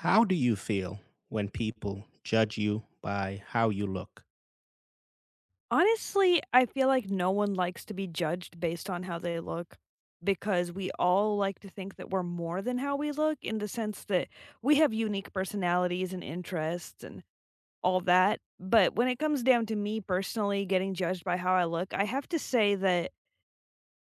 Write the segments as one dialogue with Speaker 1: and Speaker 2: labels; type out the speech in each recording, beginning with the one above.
Speaker 1: How do you feel when people judge you by how you look?
Speaker 2: Honestly, I feel like no one likes to be judged based on how they look because we all like to think that we're more than how we look in the sense that we have unique personalities and interests and all that. But when it comes down to me personally getting judged by how I look, I have to say that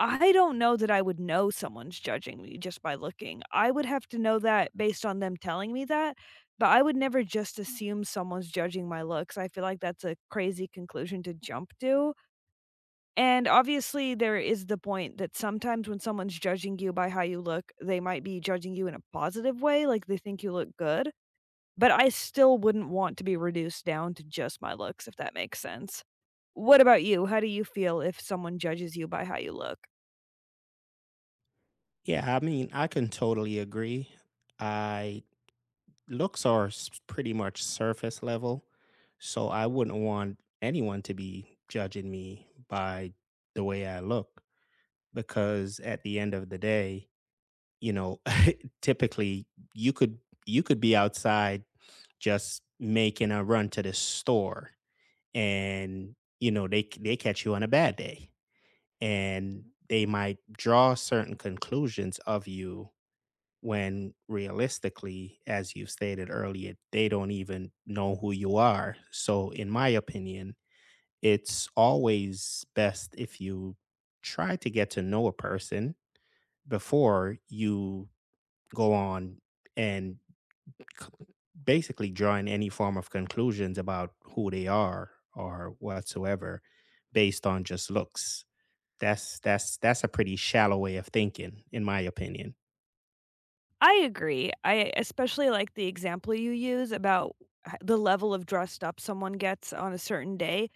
Speaker 2: I don't know that I would know someone's judging me just by looking. I would have to know that based on them telling me that. But I would never just assume someone's judging my looks. I feel like that's a crazy conclusion to jump to, and obviously, there is the point that sometimes when someone's judging you by how you look, they might be judging you in a positive way, like they think you look good, but I still wouldn't want to be reduced down to just my looks, if that makes sense. What about you? How do you feel if someone judges you by how you look?
Speaker 1: Yeah, I mean, I can totally agree. I Looks are pretty much surface level, so I wouldn't want anyone to be judging me by the way I look because at the end of the day, you know, typically you could you could be outside just making a run to the store and they catch you on a bad day and they might draw certain conclusions of you when realistically, as you stated earlier, they don't even know who you are. So in my opinion, it's always best if you try to get to know a person before you go on and c- basically drawing any form of conclusions about who they are or whatsoever based on just looks. That's a pretty shallow way of thinking, in my opinion.
Speaker 2: I agree. I especially like the example you use about the level of dressed up someone gets on a certain day.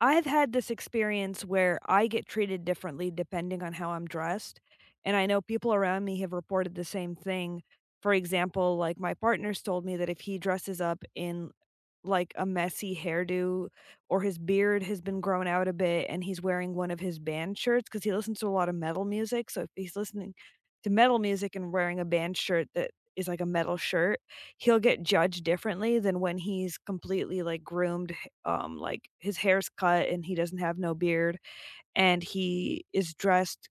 Speaker 2: I've had this experience where I get treated differently depending on how I'm dressed, and I know people around me have reported the same thing. For example, like, my partner's told me that if he dresses up in, like, a messy hairdo, or his beard has been grown out a bit and he's wearing one of his band shirts because he listens to a lot of metal music, so if he's listening to metal music and wearing a band shirt that is like a metal shirt, he'll get judged differently than when he's completely, like, groomed, h like, his hair's cut and he doesn't have no beard and he is dressed,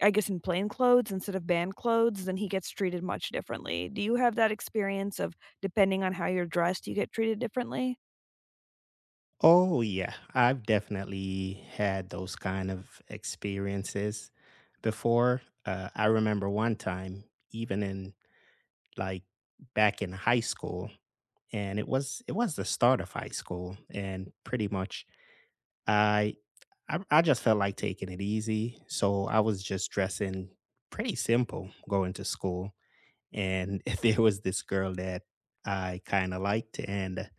Speaker 2: I guess, in plain clothes instead of band clothes, then he gets treated much differently. Do you have that experience of, depending on how you're dressed, you get treated differently?
Speaker 1: Oh yeah, I've definitely had those kind of experiences before. I remember one time, even in like back in high school, and it was the start of high school, and pretty much I I just felt like taking it easy, so I was just dressing pretty simple going to school, and there was this girl that I kind of liked, and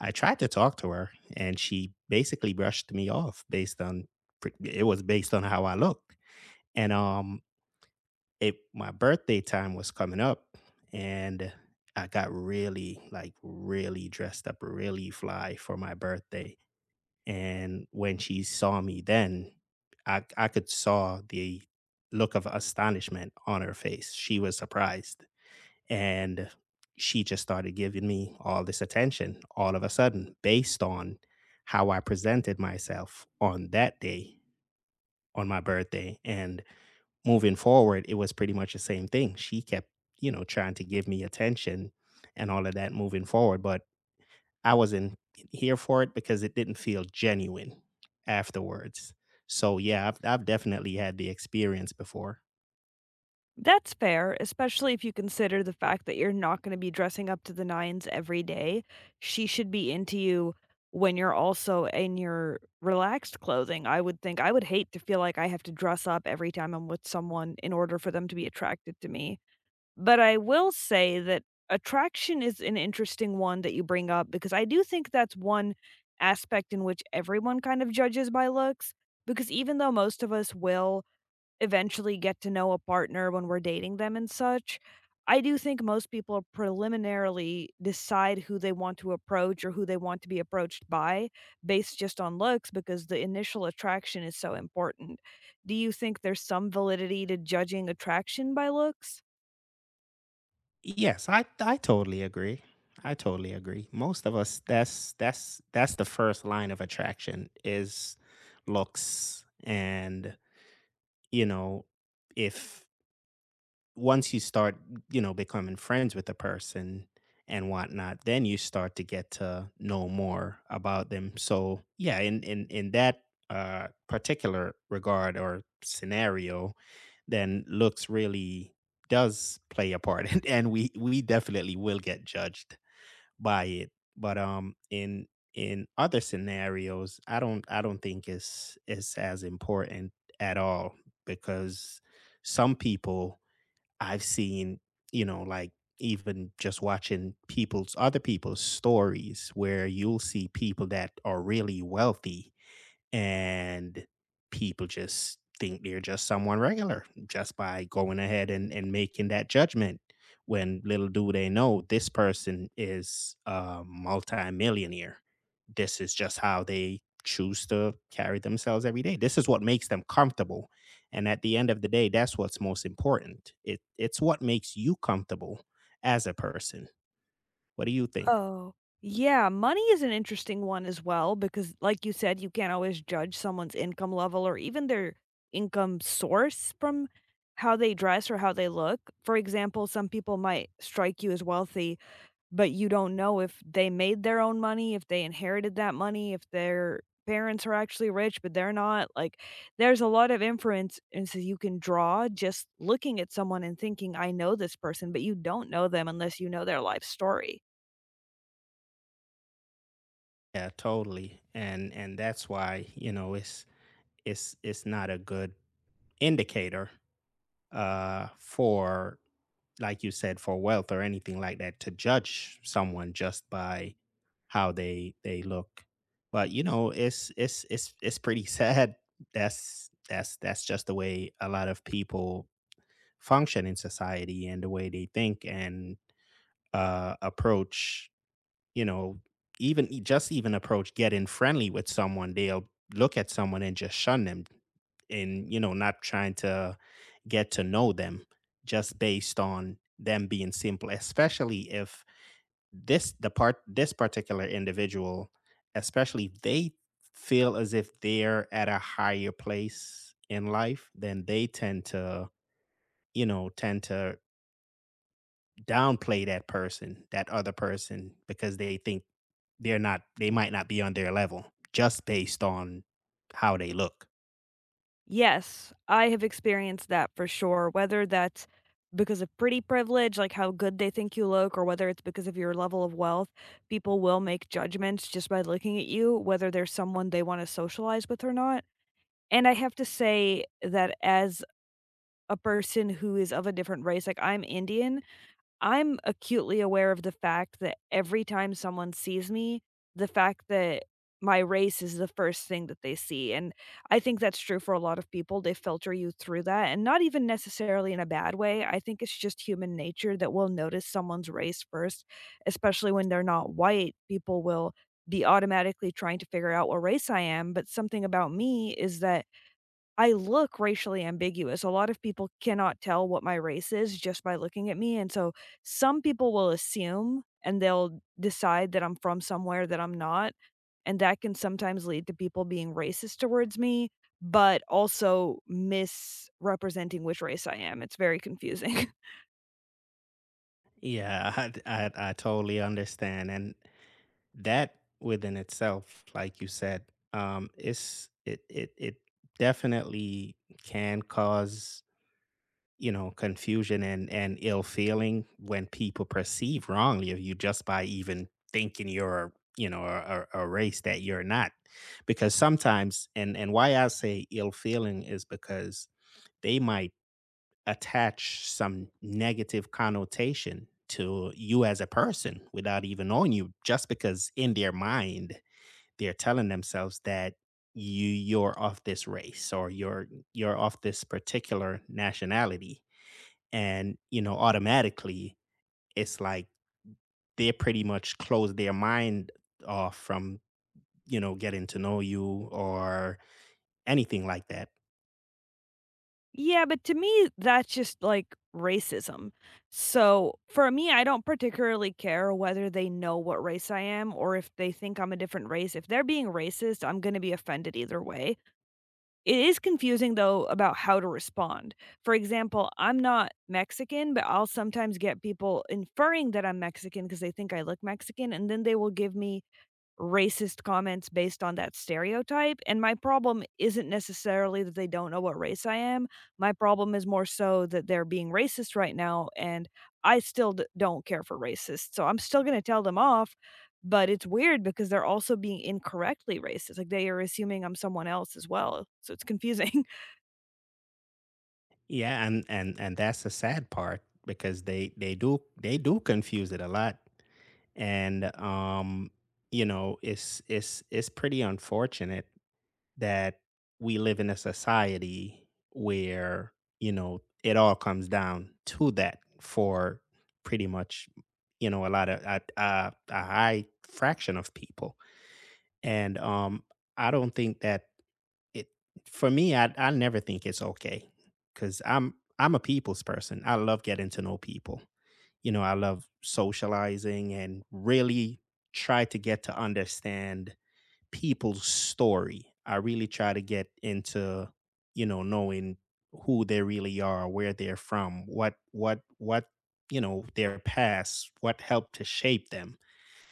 Speaker 1: I tried to talk to her, and she basically brushed me off based on it was based on how I looked, and it my birthday time was coming up, and I got really really dressed up, really fly for my birthday, and when she saw me, then I could saw the look of astonishment on her face. She was surprised, and she just started giving me all this attention all of a sudden based on how I presented myself on that day, on my birthday. And moving forward, it was pretty much the same thing. She kept, you know, trying to give me attention and all of that moving forward, but I wasn't here for it because it didn't feel genuine afterwards. So, yeah, I've definitely had the experience before.
Speaker 2: That's fair, especially if you consider the fact that you're not going to be dressing up to the nines every day. She should be into you when you're also in your relaxed clothing. I would think I would hate to feel like I have to dress up every time I'm with someone in order for them to be attracted to me. But I will say that attraction is an interesting one that you bring up, because I do think that's one aspect in which everyone kind of judges by looks. Because even though most of us will eventually get to know a partner when we're dating them and such, I do think most people preliminarily decide who they want to approach or who they want to be approached by based just on looks, because the initial attraction is so important. Do you think there's some validity to judging attraction by looks?
Speaker 1: Yes, I totally agree. I totally agree. Most of us, that's the first line of attraction is looks. And you know, if once you start, you know, becoming friends with the person and whatnot, then you start to get to know more about them. So yeah, in in that particular regard or scenario, then looks really does play a part. And we definitely will get judged by it, but in other scenarios I don't think it's as important at all, because some people I've seen, you know like even just watching people's, other people's stories, where you'll see people that are really wealthy, and people just think they're just someone regular just by going ahead and making that judgment when little do they know this person is a multimillionaire. This is just how they choose to carry themselves every day. This is what makes them comfortable, and at the end of the day, that's what's most important. It's what makes you comfortable as a person. What do you think?
Speaker 2: Oh, yeah, money is an interesting one as well because, like you said, you can't always judge someone's income level or even their income source from how they dress or how they look. For example, some people might strike you as wealthy, but you don't know if they made their own money, if they inherited that money, if their parents are actually rich, but they're not. Like, there's a lot of inference and so you can draw just looking at someone and thinking, I know this person, but you don't know them unless you know their life story.
Speaker 1: Yeah, totally. And that's why, you know, it's not a good indicator, for, like you said, for wealth or anything like that, to judge someone just by how they look. But you know, it's it's pretty sad. That's just the way a lot of people function in society and the way they think, and approach, you know, even just even approach getting friendly with someone, they'll look at someone and just shun them and, you know, not trying to get to know them just based on them being simple, especially if this particular individual, especially if they feel as if they're at a higher place in life, then they tend to, you know, tend to downplay that person, that other person, because they think they're not, they might not be on their level just based on how they look.
Speaker 2: Yes, I have experienced that for sure, whether that's because of pretty privilege, like how good they think you look, or whether it's because of your level of wealth, people will make judgments just by looking at you, whether there's someone they want to socialize with or not. And I have to say that as a person who is of a different race, like, I'm Indian, I'm acutely aware of the fact that every time someone sees me, the fact that my race is the first thing that they see, and I think that's true for a lot of people, they filter you through that, and not even necessarily in a bad way. I think it's just human nature that we'll notice someone's race first, especially when they're not white. People will be automatically trying to figure out what race I am, but something about me is that I look racially ambiguous. A lot of people cannot tell what my race is just by looking at me, and so some people will assume, and they'll decide that I'm from somewhere that I'm not, and that can sometimes lead to people being racist towards me, but also misrepresenting which race I am. It's very confusing.
Speaker 1: Yeah, I totally understand. And that within itself, like you said, it definitely can cause, you know, confusion and ill feeling when people perceive wrongly of you just by even thinking you're, you know, a race that you're not. Because sometimes, and why I say ill feeling is because they might attach some negative connotation to you as a person without even knowing you, just because in their mind they're telling themselves that you're of this race, or you're of this particular nationality. And you know, automatically it's like they pretty much close their mind off from, you know, getting to know you or anything like that.
Speaker 2: Yeah, but to me, that's just like racism. So for me, I don't particularly care whether they know what race I am or if they think I'm a different race. If they're being racist, I'm going to be offended either way. It is confusing, though, about how to respond. For example, I'm not Mexican, but I'll sometimes get people inferring that I'm Mexican because they think I look Mexican, and then they will give me racist comments based on that stereotype, and my problem isn't necessarily that they don't know what race I am, my problem is more so that they're being racist right now, and I still d don't care for racists, so I'm still gonna tell them off, but it's weird because they're also being incorrectly racist, like, they are assuming I'm someone else as well, so it's confusing.
Speaker 1: Yeah, and that's the sad part, because they do confuse it a lot. And you know, it's pretty unfortunate that we live in a society where, you know, it all comes down to that for pretty much, you know, a lot of a high fraction of people. And I don't think that it for me, I never think it's okay, because I'm a people's person. I love getting to know people. You know, I love socializing and really try to get to understand people's story. I really try to get into, you know, knowing who they really are, where they're from, what you know, their past, what helped to shape them.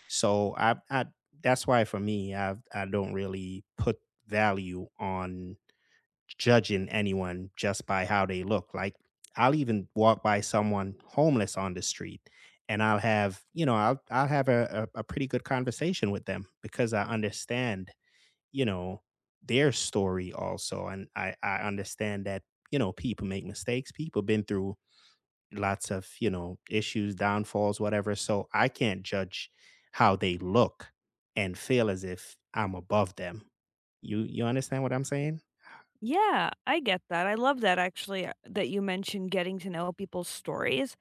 Speaker 1: So I that's why for me, I don't really put value on judging anyone just by how they look. Like, I'll even walk by someone homeless on the street, and I'll have, you know, I'll have a pretty good conversation with them because I understand, you know, their story also. And I understand that, you know, people make mistakes. People been through lots of, you know, issues, downfalls, whatever. So I can't judge how they look and feel as if I'm above them. You understand what I'm saying?
Speaker 2: Yeah, I get that. I love that, actually, that you mentioned getting to know people's stories,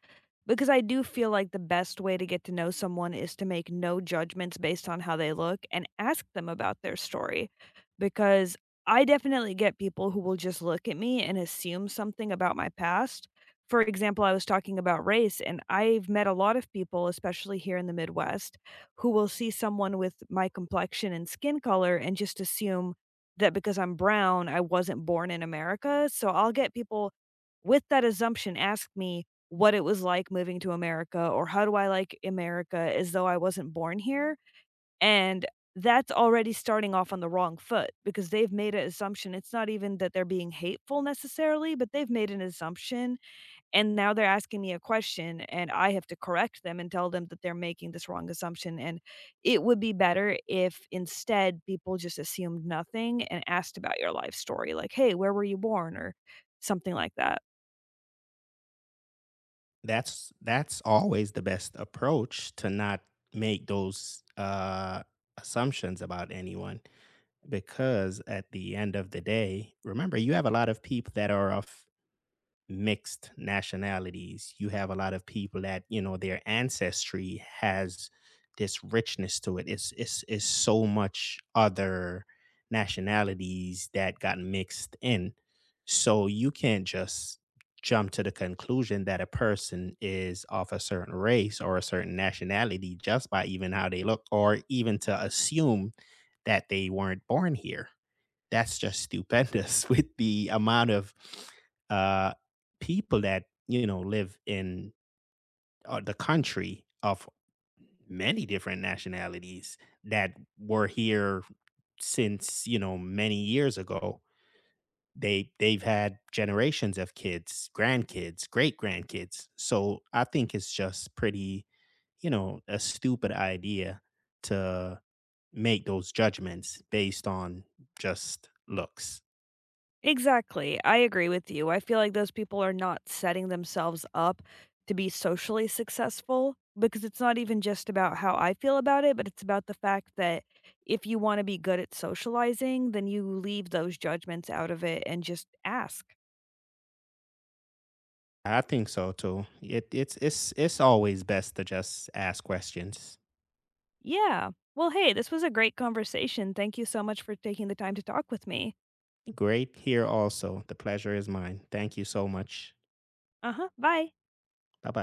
Speaker 2: because I do feel like the best way to get to know someone is to make no judgments based on how they look and ask them about their story, because I definitely get people who will just look at me and assume something about my past. For example, I was talking about race, and I've met a lot of people, especially here in the Midwest, who will see someone with my complexion and skin color and just assume that because I'm brown, I wasn't born in America, so I'll get people with that assumption ask me what it was like moving to America, or how do I like America, as though I wasn't born here, and that's already starting off on the wrong foot because they've made an assumption. It's not even that they're being hateful necessarily, but they've made an assumption and now they're asking me a question and I have to correct them and tell them that they're making this wrong assumption, and it would be better if instead people just assumed nothing and asked about your life story, like, "Hey, where were you born?" or something like that.
Speaker 1: That's always the best approach, to not make those, assumptions about anyone, because at the end of the day, remember, you have a lot of people that are of mixed nationalities. You have a lot of people that, you know, their ancestry has this richness to it. It's so much other nationalities that got mixed in. So you can't just jump to the conclusion that a person is of a certain race or a certain nationality just by even how they look, or even to assume that they weren't born here. That's just stupendous with the amount of, uh, people that, you know, live in, the country, of many different nationalities, that were here since, you know, many years ago. They they've had generations of kids, grandkids, great grandkids. So I think it's just pretty, you know, a stupid idea to make those judgments based on just looks.
Speaker 2: Exactly, I agree with you. I feel like those people are not setting themselves up to be socially successful, because it's not even just about how I feel about it, but it's about the fact that if you wanna be good at socializing, then you leave those judgments out of it and just ask.
Speaker 1: I think so too. It's always best to just ask questions.
Speaker 2: Yeah. Well, hey, this was a great conversation. Thank you so much for taking the time to talk with me.
Speaker 1: Great here also. The pleasure is mine. Thank you so much.
Speaker 2: Uh-huh, bye.
Speaker 1: Bye bye.